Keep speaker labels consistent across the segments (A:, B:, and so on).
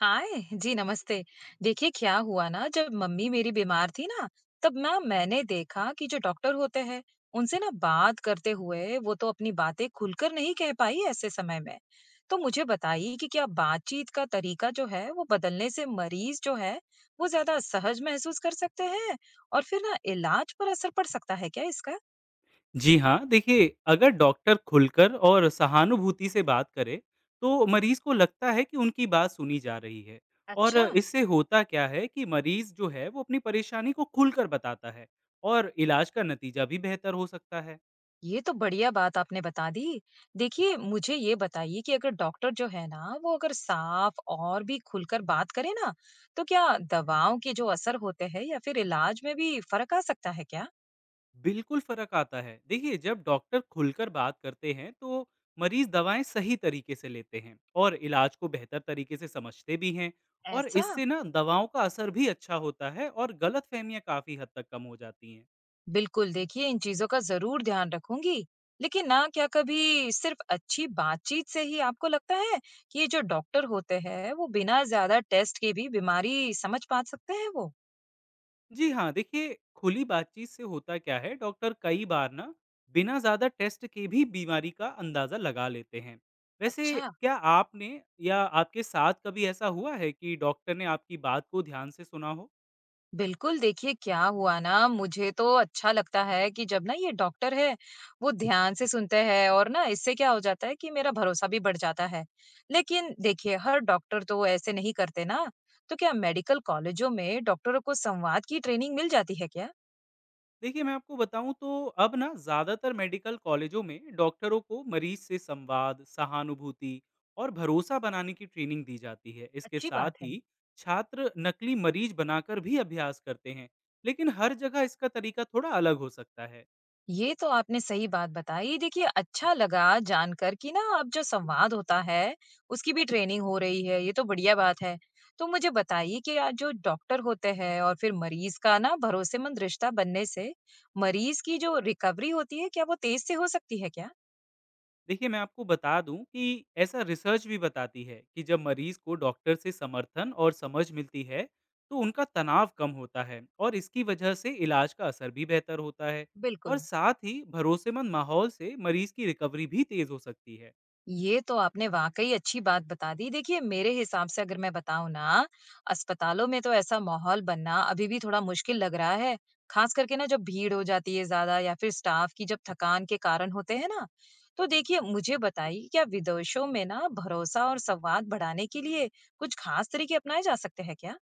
A: हाय जी नमस्ते। देखिए क्या हुआ ना जब मम्मी मेरी बीमार थी ना तब ना मैंने देखा कि जो डॉक्टर होते हैं उनसे ना बात करते हुए वो तो अपनी बातें खुलकर नहीं कह पाई ऐसे समय में। तो मुझे बताइए कि क्या बातचीत का तरीका जो है वो बदलने से मरीज जो है वो ज्यादा सहज महसूस कर सकते हैं और फिर ना इलाज पर असर पड़ सकता है क्या इसका?
B: जी हाँ, देखिए अगर डॉक्टर खुलकर और सहानुभूति से बात करे, तो मरीज को लगता है कि उनकी बात सुनी जा रही है। और
A: अच्छा,
B: इससे होता क्या है कि मरीज जो है वो अपनी परेशानी को खुलकर बताता है और इलाज का नतीजा भी बेहतर हो सकता है।
A: ये तो बढ़िया बात आपने बता दी। देखिए, मुझे ये बताइए कि अगर डॉक्टर जो है ना, वो अगर साफ और भी खुलकर बात करे ना, तो क्या दवाओं के जो असर होते हैं या फिर इलाज में भी फ़र्क आ सकता है क्या?
B: बिल्कुल फर्क आता है। देखिए जब डॉक्टर खुलकर बात करते हैं, तो मरीज दवाएं सही तरीके से लेते हैं और इलाज को बेहतर तरीके से समझते भी हैं। और
A: ऐसा?
B: इससे ना दवाओं का असर भी अच्छा होता है और गलतफहमियां काफ़ी हद तक कम हो जाती हैं।
A: बिल्कुल, देखिए इन चीज़ों का ज़रूर ध्यान रखूँगी। लेकिन ना क्या कभी सिर्फ़ अच्छी बातचीत से ही आपको लगता है कि ये जो डॉक्टर होते हैं, वो बिना ज़्यादा टेस्ट के भी बीमारी समझ पा सकते हैं वो?
B: जी हाँ, देखिए खुली बातचीत से होता क्या है, डॉक्टर कई बार ना बिना ज़्यादा टेस्ट के भी बीमारी का अंदाज़ा लगा लेते हैं। वैसे
A: अच्छा।
B: क्या आपने या आपके साथ कभी ऐसा हुआ है कि डॉक्टर ने आपकी बात को ध्यान से सुना हो?
A: बिल्कुल, देखिए क्या हुआ ना मुझे तो अच्छा लगता है कि जब ना ये डॉक्टर है, वो ध्यान से सुनते हैं और ना इससे क्या हो जाता है कि मेरा भरोसा भी बढ़ जाता है। लेकिन देखिए हर डॉक्टर तो ऐसे नहीं करते ना, तो क्या मेडिकल कॉलेजों में डॉक्टरों को संवाद की ट्रेनिंग मिल जाती है क्या?
B: देखिए मैं आपको बताऊं तो अब ना ज़्यादातर मेडिकल कॉलेजों में डॉक्टरों को मरीज से संवाद, सहानुभूति और भरोसा बनाने की ट्रेनिंग दी जाती है। इसके
A: अच्छी
B: साथ
A: बात है।
B: ही छात्र नकली मरीज बनाकर भी अभ्यास करते हैं, लेकिन हर जगह इसका तरीका थोड़ा अलग हो सकता है।
A: ये तो आपने सही बात बताई। देखिए, अच्छा लगा जानकर कि ना अब जो संवाद होता है, उसकी भी ट्रेनिंग हो रही है, ये तो बढ़िया बात है। तो मुझे बताइए कि जो डॉक्टर होते हैं और फिर मरीज़ का ना भरोसेमंद रिश्ता बनने से, मरीज़ की जो रिकवरी होती है, क्या वो तेज़ से हो सकती है क्या?
B: देखिए, मैं आपको बता दूँ कि ऐसा रिसर्च भी बताती है कि जब मरीज को डॉक्टर से समर्थन और समझ मिलती है, तो उनका तनाव कम होता है और इसकी वजह से इलाज का असर भी बेहतर होता है। और
A: बिल्कुल।
B: साथ ही भरोसेमंद माहौल से मरीज की रिकवरी भी तेज हो सकती है।
A: ये तो आपने वाकई अच्छी बात बता दी। देखिए, मेरे हिसाब से अगर मैं बताऊँ ना, अस्पतालों में तो ऐसा माहौल बनना अभी भी थोड़ा मुश्किल लग रहा है, खास करके ना जब भीड़ हो जाती है ज़्यादा या फिर स्टाफ की जब थकान के कारण होते हैं ना। तो देखिए, मुझे बताइए क्या विदेशों में ना भरोसा और संवाद बढ़ाने के लिए कुछ खास तरीके अपनाए जा सकते हैं क्या?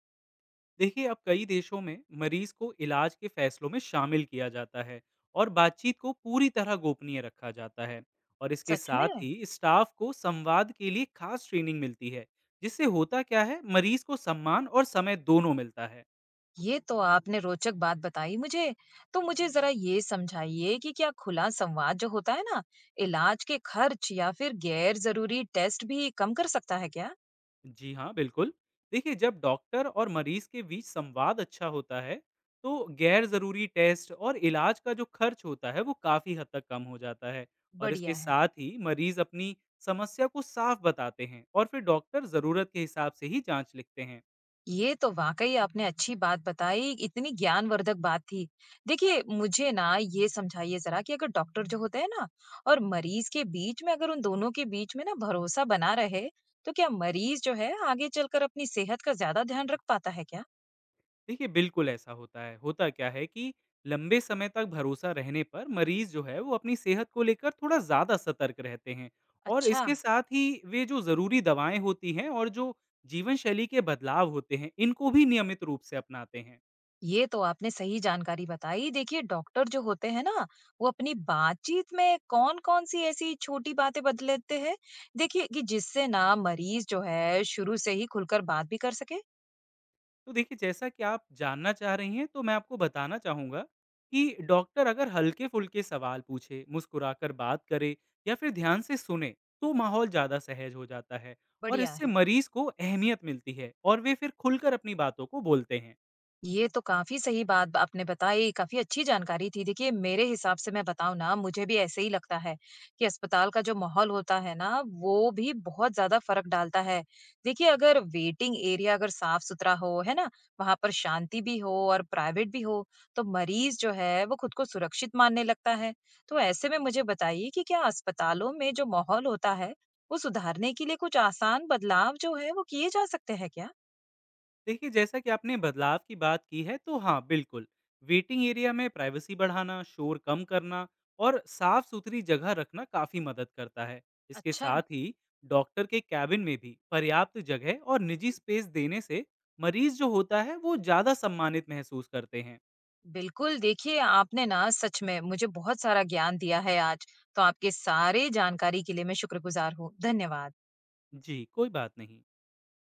B: देखिए अब कई देशों में मरीज को इलाज के फैसलों में शामिल किया जाता है और बातचीत को पूरी तरह गोपनीय रखा जाता है। और इसके
A: सच में?
B: साथ ही स्टाफ को संवाद के लिए खास ट्रेनिंग मिलती है, जिससे होता क्या है मरीज को सम्मान और समय दोनों मिलता है।
A: ये तो आपने रोचक बात बताई मुझे। तो मुझे ज़रा ये समझाइए कि क्या खुला संवाद जो होता है ना, इलाज के खर्च या फिर गैर ज़रूरी टेस्ट भी कम कर सकता है क्या?
B: जी हाँ, बिल्कुल। देखिए, जब डॉक्टर और मरीज़ के बीच संवाद अच्छा होता है, तो गैर ज़रूरी टेस्ट और इलाज का जो खर्च होता है, वो काफ़ी हद तक कम हो जाता है। और इसके
A: बढ़िया है।
B: साथ ही मरीज़ अपनी समस्या को साफ बताते हैं और फिर डॉक्टर ज़रूरत के हिसाब से ही जाँच लिखते हैं।
A: ये तो वाक़ई आपने अच्छी बात बताई, इतनी ज्ञानवर्धक बात थी। देखिए, मुझे ना ये समझाइए ज़रा कि अगर डॉक्टर जो होते हैं ना और मरीज़ के बीच में अगर उन दोनों के बीच में ना भरोसा बना रहे, तो क्या मरीज़ जो है आगे चलकर अपनी सेहत का ज़्यादा ध्यान रख पाता है क्या?
B: देखिए बिल्कुल ऐसा होता है, होता क्या है कि लंबे समय तक भरोसा रहने पर मरीज जो है वो अपनी सेहत को लेकर थोड़ा ज़्यादा सतर्क रहते हैं। और
A: अच्छा।
B: इसके साथ ही वे जो ज़रूरी दवाएं होती हैं और जो जीवन शैली के बदलाव होते हैं इनको भी नियमित रूप से अपनाते हैं।
A: ये तो आपने सही जानकारी बताई। देखिए डॉक्टर जो होते हैं ना, वो अपनी बातचीत में कौन-कौन सी ऐसी छोटी बातें बदल लेते हैं? देखिए कि जिससे ना मरीज़ जो है शुरू से ही खुलकर बात भी कर सके।
B: तो देखिए जैसा कि आप जानना चाह रही हैं, तो मैं आपको बताना चाहूँगा कि डॉक्टर अगर हल्के-फुल्के सवाल पूछे, मुस्कुराकर बात करे या फिर ध्यान से सुने, तो माहौल ज़्यादा सहज हो जाता है। और
A: बढ़िया
B: इससे
A: है।
B: मरीज़ को अहमियत मिलती है और वे फिर खुलकर अपनी बातों को बोलते हैं।
A: ये तो काफ़ी सही बात ब आपने बताई, काफ़ी अच्छी जानकारी थी। देखिए, मेरे हिसाब से मैं बताऊँ ना, मुझे भी ऐसे ही लगता है कि अस्पताल का जो माहौल होता है ना, वो भी बहुत ज़्यादा फ़र्क डालता है। देखिए, अगर वेटिंग एरिया अगर साफ-सुथरा हो, है ना? वहाँ पर शांति भी हो और प्राइवेट भी हो, तो मरीज़ जो है, वो खुद को सुरक्षित मानने लगता है। तो ऐसे में मुझे बताइए कि क्या अस्पतालों में जो माहौल होता है, वो सुधारने के लिए कुछ आसान बदलाव जो है, वो किए जा सकते हैं क्या?
B: देखिए जैसा कि आपने बदलाव की बात की है, तो हाँ बिल्कुल, वेटिंग एरिया में प्राइवेसी बढ़ाना, शोर कम करना और साफ सुथरी जगह रखना काफ़ी मदद करता है। इसके
A: अच्छा।
B: साथ ही डॉक्टर के कैबिन में भी पर्याप्त जगह और निजी स्पेस देने से मरीज जो होता है वो ज़्यादा सम्मानित महसूस करते हैं।
A: बिल्कुल, देखिए आपने ना सच में मुझे बहुत सारा ज्ञान दिया है आज। तो आपके सारे जानकारी के लिए मैं शुक्रगुज़ार हूँ। धन्यवाद।
B: जी कोई बात नहीं।